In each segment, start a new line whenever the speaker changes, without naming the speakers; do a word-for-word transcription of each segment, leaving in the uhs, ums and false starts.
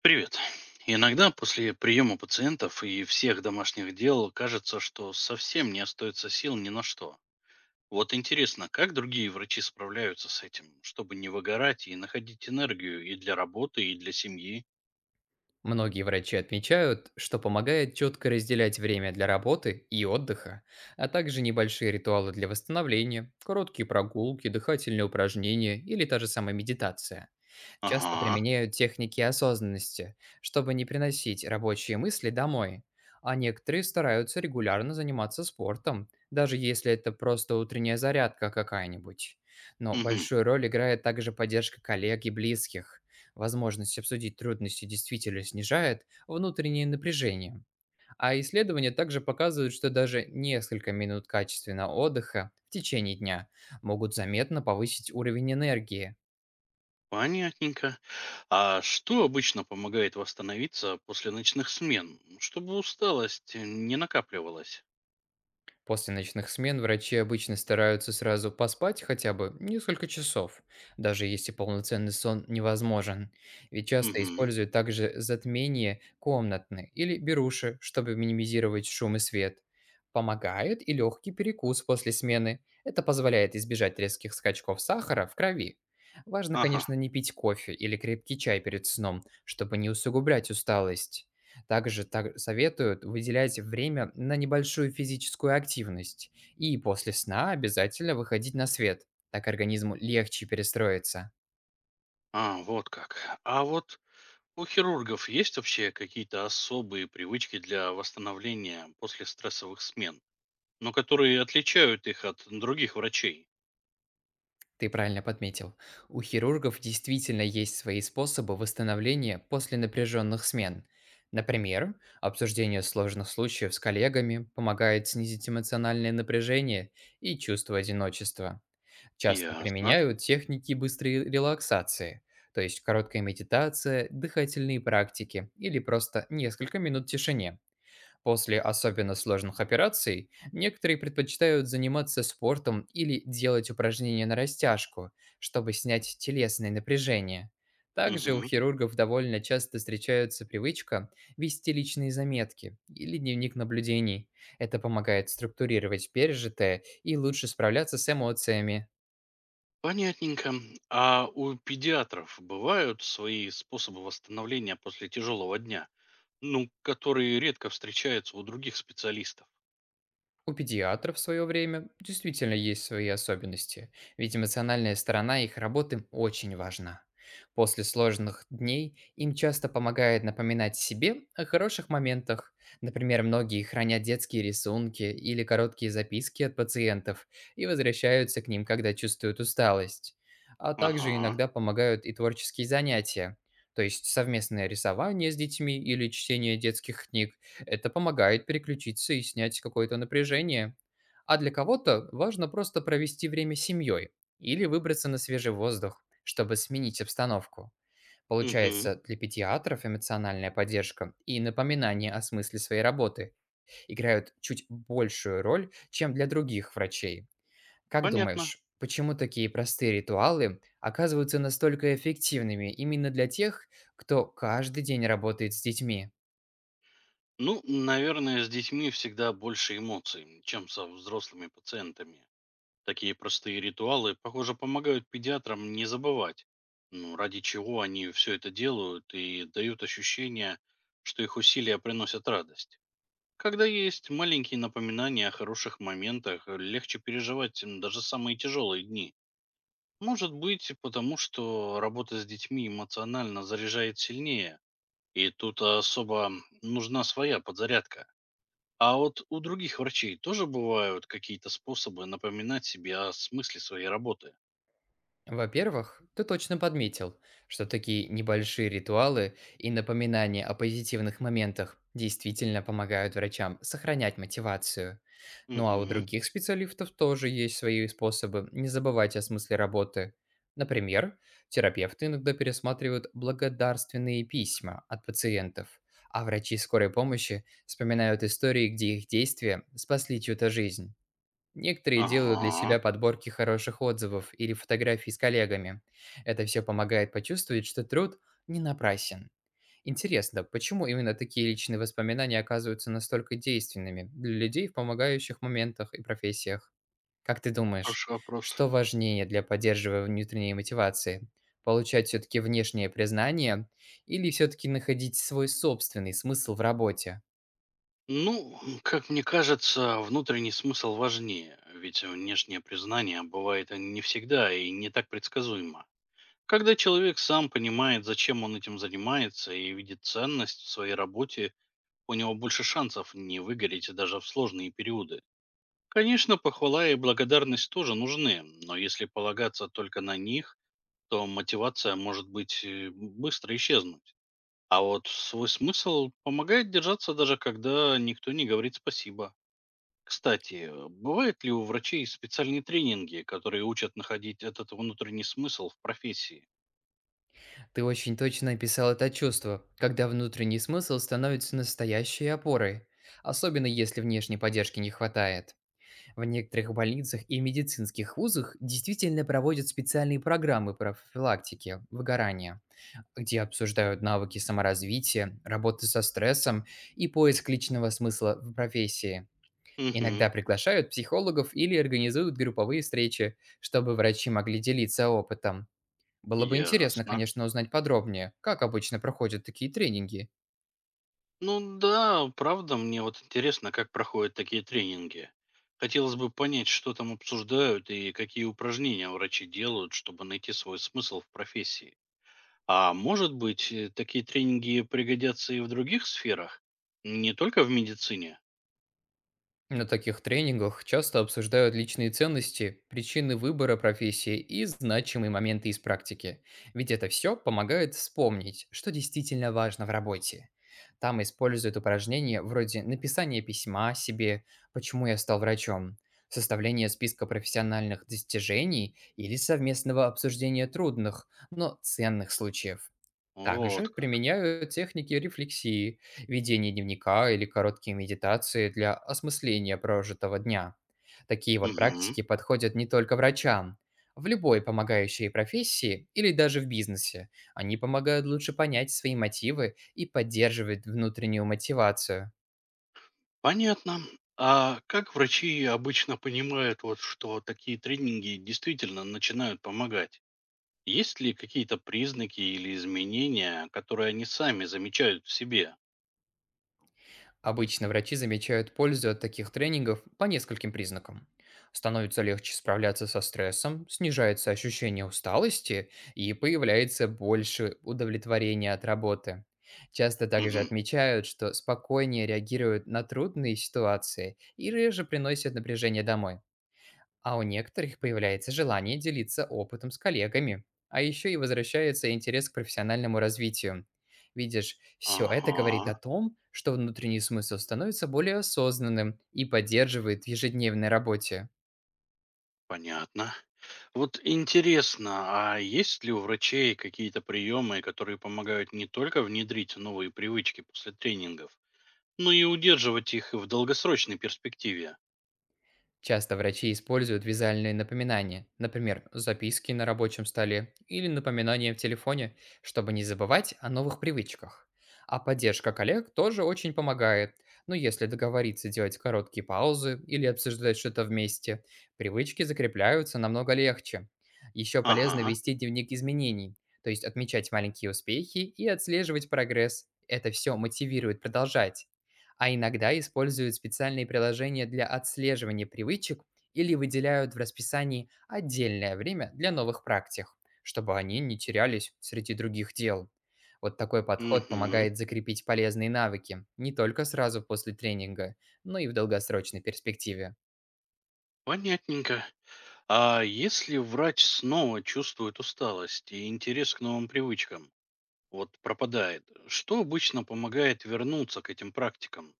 Привет. Иногда после приема пациентов и всех домашних дел кажется, что совсем не остается сил ни на что. Вот интересно, как другие врачи справляются с этим, чтобы не выгорать и находить энергию и для работы, и для семьи?
Многие врачи отмечают, что помогает четко разделять время для работы и отдыха, а также небольшие ритуалы для восстановления, короткие прогулки, дыхательные упражнения или та же самая медитация. Часто
Ага,
применяют техники осознанности, чтобы не приносить рабочие мысли домой. А некоторые стараются регулярно заниматься спортом, даже если это просто утренняя зарядка какая-нибудь. Но
мгм,
большую роль играет также поддержка коллег и близких. Возможность обсудить трудности действительно снижает внутреннее напряжение. А исследования также показывают, что даже несколько минут качественного отдыха в течение дня могут заметно повысить уровень энергии.
понятненько. А что обычно помогает восстановиться после ночных смен, чтобы усталость не накапливалась?
После ночных смен врачи обычно стараются сразу поспать хотя бы несколько часов, даже если полноценный сон невозможен. Ведь часто
Угу.
используют также затмение комнатны или беруши, чтобы минимизировать шум и свет. Помогает и легкий перекус после смены. Это позволяет избежать резких скачков сахара в крови. Важно,
Ага.
конечно, не пить кофе или крепкий чай перед сном, чтобы не усугублять усталость. Также так советуют выделять время на небольшую физическую активность и после сна обязательно выходить на свет. Так организму легче перестроиться.
А, вот как. А вот У хирургов есть вообще какие-то особые привычки для восстановления после стрессовых смен, но которые отличают их от других врачей?
Ты правильно подметил. У хирургов действительно есть свои способы восстановления после напряженных смен. Например, обсуждение сложных случаев с коллегами помогает снизить эмоциональное напряжение и чувство одиночества. Часто
Ясно.
применяют техники быстрой релаксации, то есть короткая медитация, дыхательные практики или просто несколько минут тишине. После особенно сложных операций некоторые предпочитают заниматься спортом или делать упражнения на растяжку, чтобы снять телесное напряжение. Также у
Мгм.
хирургов довольно часто встречается привычка вести личные заметки или дневник наблюдений. Это помогает структурировать пережитое и лучше справляться с эмоциями.
Понятненько. А у педиатров бывают свои способы восстановления после тяжелого дня, ну, которые редко встречаются у других специалистов?
У педиатров в свое время действительно есть свои особенности, ведь эмоциональная сторона их работы очень важна. После сложных дней им часто помогает напоминать себе о хороших моментах. Например, многие хранят детские рисунки или короткие записки от пациентов и возвращаются к ним, когда чувствуют усталость. А также
Ага.
иногда помогают и творческие занятия, то есть совместное рисование с детьми или чтение детских книг, это помогает переключиться и снять какое-то напряжение. А для кого-то важно просто провести время с семьей или выбраться на свежий воздух, чтобы сменить обстановку.
Угу.
Получается, для педиатров эмоциональная поддержка и напоминание о смысле своей работы играют чуть большую роль, чем для других врачей. Как
Понятно.
думаешь, почему такие простые ритуалы оказываются настолько эффективными именно для тех, кто каждый день работает с детьми?
Ну, наверное, с детьми всегда больше эмоций, чем со взрослыми пациентами. Такие простые ритуалы, похоже, помогают педиатрам не забывать, ну, ради чего они все это делают, и дают ощущение, что их усилия приносят радость. Когда есть маленькие напоминания о хороших моментах, э, легче переживать м, даже самые тяжелые дни. Может быть, потому что работа с детьми эмоционально заряжает сильнее, и тут особо нужна своя подзарядка. А вот у других врачей тоже бывают какие-то способы напоминать себе о смысле своей работы?
Во-первых, ты точно подметил, что такие небольшие ритуалы и напоминания о позитивных моментах действительно помогают врачам сохранять мотивацию. Ну а у
Мгм.
других специалистов тоже есть свои способы не забывать о смысле работы. Например, терапевты иногда пересматривают благодарственные письма от пациентов, а врачи скорой помощи вспоминают истории, где их действия спасли чью-то жизнь. Некоторые делают для
Ага.
себя подборки хороших отзывов или фотографий с коллегами. Это все помогает почувствовать, что труд не напрасен. Интересно, почему именно такие личные воспоминания оказываются настолько действенными для людей в помогающих моментах и профессиях? Как ты думаешь,
Хороший вопрос.
что важнее для поддерживания внутренней мотивации? Получать все-таки внешнее признание или все-таки находить свой собственный смысл в работе?
Ну, как мне кажется, внутренний смысл важнее, ведь внешнее признание бывает не всегда и не так предсказуемо. Когда человек сам понимает, зачем он этим занимается, и видит ценность в своей работе, у него больше шансов не выгореть даже в сложные периоды. Конечно, похвала и благодарность тоже нужны, но если полагаться только на них, то мотивация может быть э, быстро исчезнуть. А вот свой смысл помогает держаться, даже когда никто не говорит спасибо. Кстати, э, бывают ли у врачей специальные тренинги, которые учат находить этот внутренний смысл в профессии?
Ты очень точно описал это чувство, когда внутренний смысл становится настоящей опорой, особенно если внешней поддержки не хватает. В некоторых больницах и медицинских вузах действительно проводят специальные программы профилактики выгорания, где обсуждают навыки саморазвития, работы со стрессом и поиск личного смысла в профессии.
Угу,
Иногда приглашают психологов или организуют групповые встречи, чтобы врачи могли делиться опытом. Было бы интересно,
ясно.
конечно, узнать подробнее, как обычно проходят такие тренинги.
Ну да, правда, мне вот интересно, как проходят такие тренинги. Хотелось бы понять, что там обсуждают и какие упражнения врачи делают, чтобы найти свой смысл в профессии. А может быть, э, такие тренинги пригодятся и в других сферах? Не только в медицине?
На таких тренингах часто обсуждают личные ценности, причины выбора профессии и значимые моменты из практики. Ведь это все помогает вспомнить, что действительно важно в работе. Там используют упражнения вроде написания письма себе, почему я стал врачом, составление списка профессиональных достижений или совместного обсуждения трудных, но ценных случаев. Также
Вот как.
применяю техники рефлексии, ведения дневника или короткие медитации для осмысления прожитого дня. Такие вот
Мгм.
практики подходят не только врачам. В любой помогающей профессии или даже в бизнесе они помогают лучше понять свои мотивы и поддерживать внутреннюю мотивацию.
Понятно. А как врачи обычно понимают, вот, что такие тренинги действительно начинают помогать? Есть ли какие-то признаки или изменения, которые они сами замечают в себе?
Обычно врачи замечают пользу от таких тренингов по нескольким признакам. Становится легче справляться со стрессом, снижается ощущение усталости и появляется больше удовлетворения от работы. Часто также
Мгм.
отмечают, что спокойнее реагируют на трудные ситуации и реже приносят напряжение домой. А у некоторых появляется желание делиться опытом с коллегами, а еще и возвращается интерес к профессиональному развитию. Видишь, все это говорит
Ага,
о том, что внутренний смысл становится более осознанным и поддерживает в ежедневной работе.
понятно. Вот интересно, а есть ли у врачей какие-то приемы, которые помогают не только внедрить новые привычки после тренингов, но и удерживать их в долгосрочной перспективе?
Часто врачи используют визуальные напоминания, например, записки на рабочем столе или напоминания в телефоне, чтобы не забывать о новых привычках. А поддержка коллег тоже очень помогает. Но если договориться делать короткие паузы или обсуждать что-то вместе, привычки закрепляются намного легче. Еще полезно
Ага.
вести дневник изменений, то есть отмечать маленькие успехи и отслеживать прогресс. Это все мотивирует продолжать. А иногда используют специальные приложения для отслеживания привычек или выделяют в расписании отдельное время для новых практик, чтобы они не терялись среди других дел. Вот такой подход
Угу.
помогает закрепить полезные навыки не только сразу после тренинга, но и в долгосрочной перспективе.
Понятненько. А если врач снова чувствует усталость, и интерес к новым привычкам, вот, пропадает, что обычно помогает вернуться к этим практикам?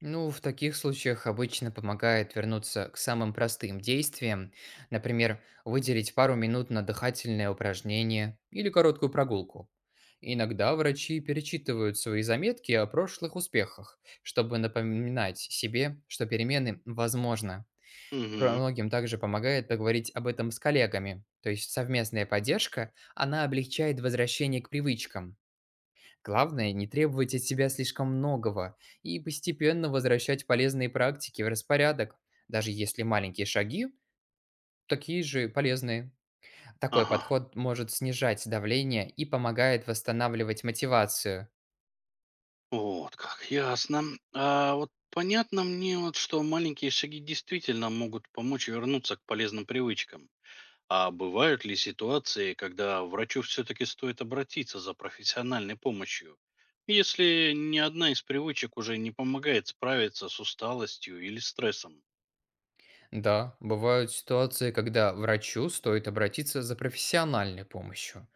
Ну, в таких случаях обычно помогает вернуться к самым простым действиям, например, выделить пару минут на дыхательное упражнение или короткую прогулку. Иногда врачи перечитывают свои заметки о прошлых успехах, чтобы напоминать себе, что перемены возможны. Про-
Угу.
Многим также помогает поговорить об этом с коллегами, то есть совместная поддержка, она облегчает возвращение к привычкам. Главное, не требовать от себя слишком многого и постепенно возвращать полезные практики в распорядок, даже если маленькие шаги такие же полезные. Такой
Ага.
подход может снижать давление и помогает восстанавливать мотивацию.
Вот как, ясно. А вот понятно мне, вот, что маленькие шаги действительно могут помочь вернуться к полезным привычкам. А бывают ли ситуации, когда врачу все-таки стоит обратиться за профессиональной помощью, если ни одна из привычек уже не помогает справиться с усталостью или стрессом?
Да, бывают ситуации, когда врачу стоит обратиться за профессиональной помощью.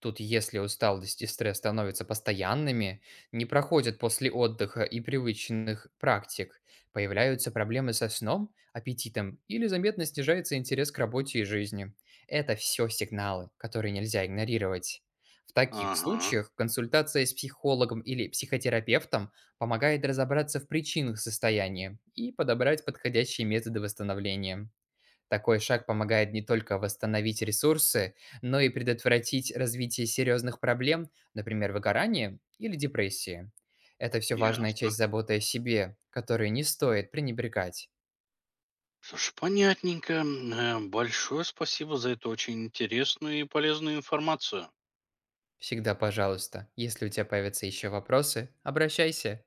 Тут, если усталость и стресс становятся постоянными, не проходят после отдыха и привычных практик, появляются проблемы со сном, аппетитом или заметно снижается интерес к работе и жизни. Это все сигналы, которые нельзя игнорировать. В таких
Ага,
случаях консультация с психологом или психотерапевтом помогает разобраться в причинах состояния и подобрать подходящие методы восстановления. Такой шаг помогает не только восстановить ресурсы, но и предотвратить развитие серьезных проблем, например, выгорания или депрессии. Это все важная
ясно.
часть заботы о себе, которую не стоит пренебрегать.
Слушай, понятненько. Э, Большое спасибо за эту очень интересную и полезную информацию.
Всегда, пожалуйста, если у тебя появятся еще вопросы, обращайся.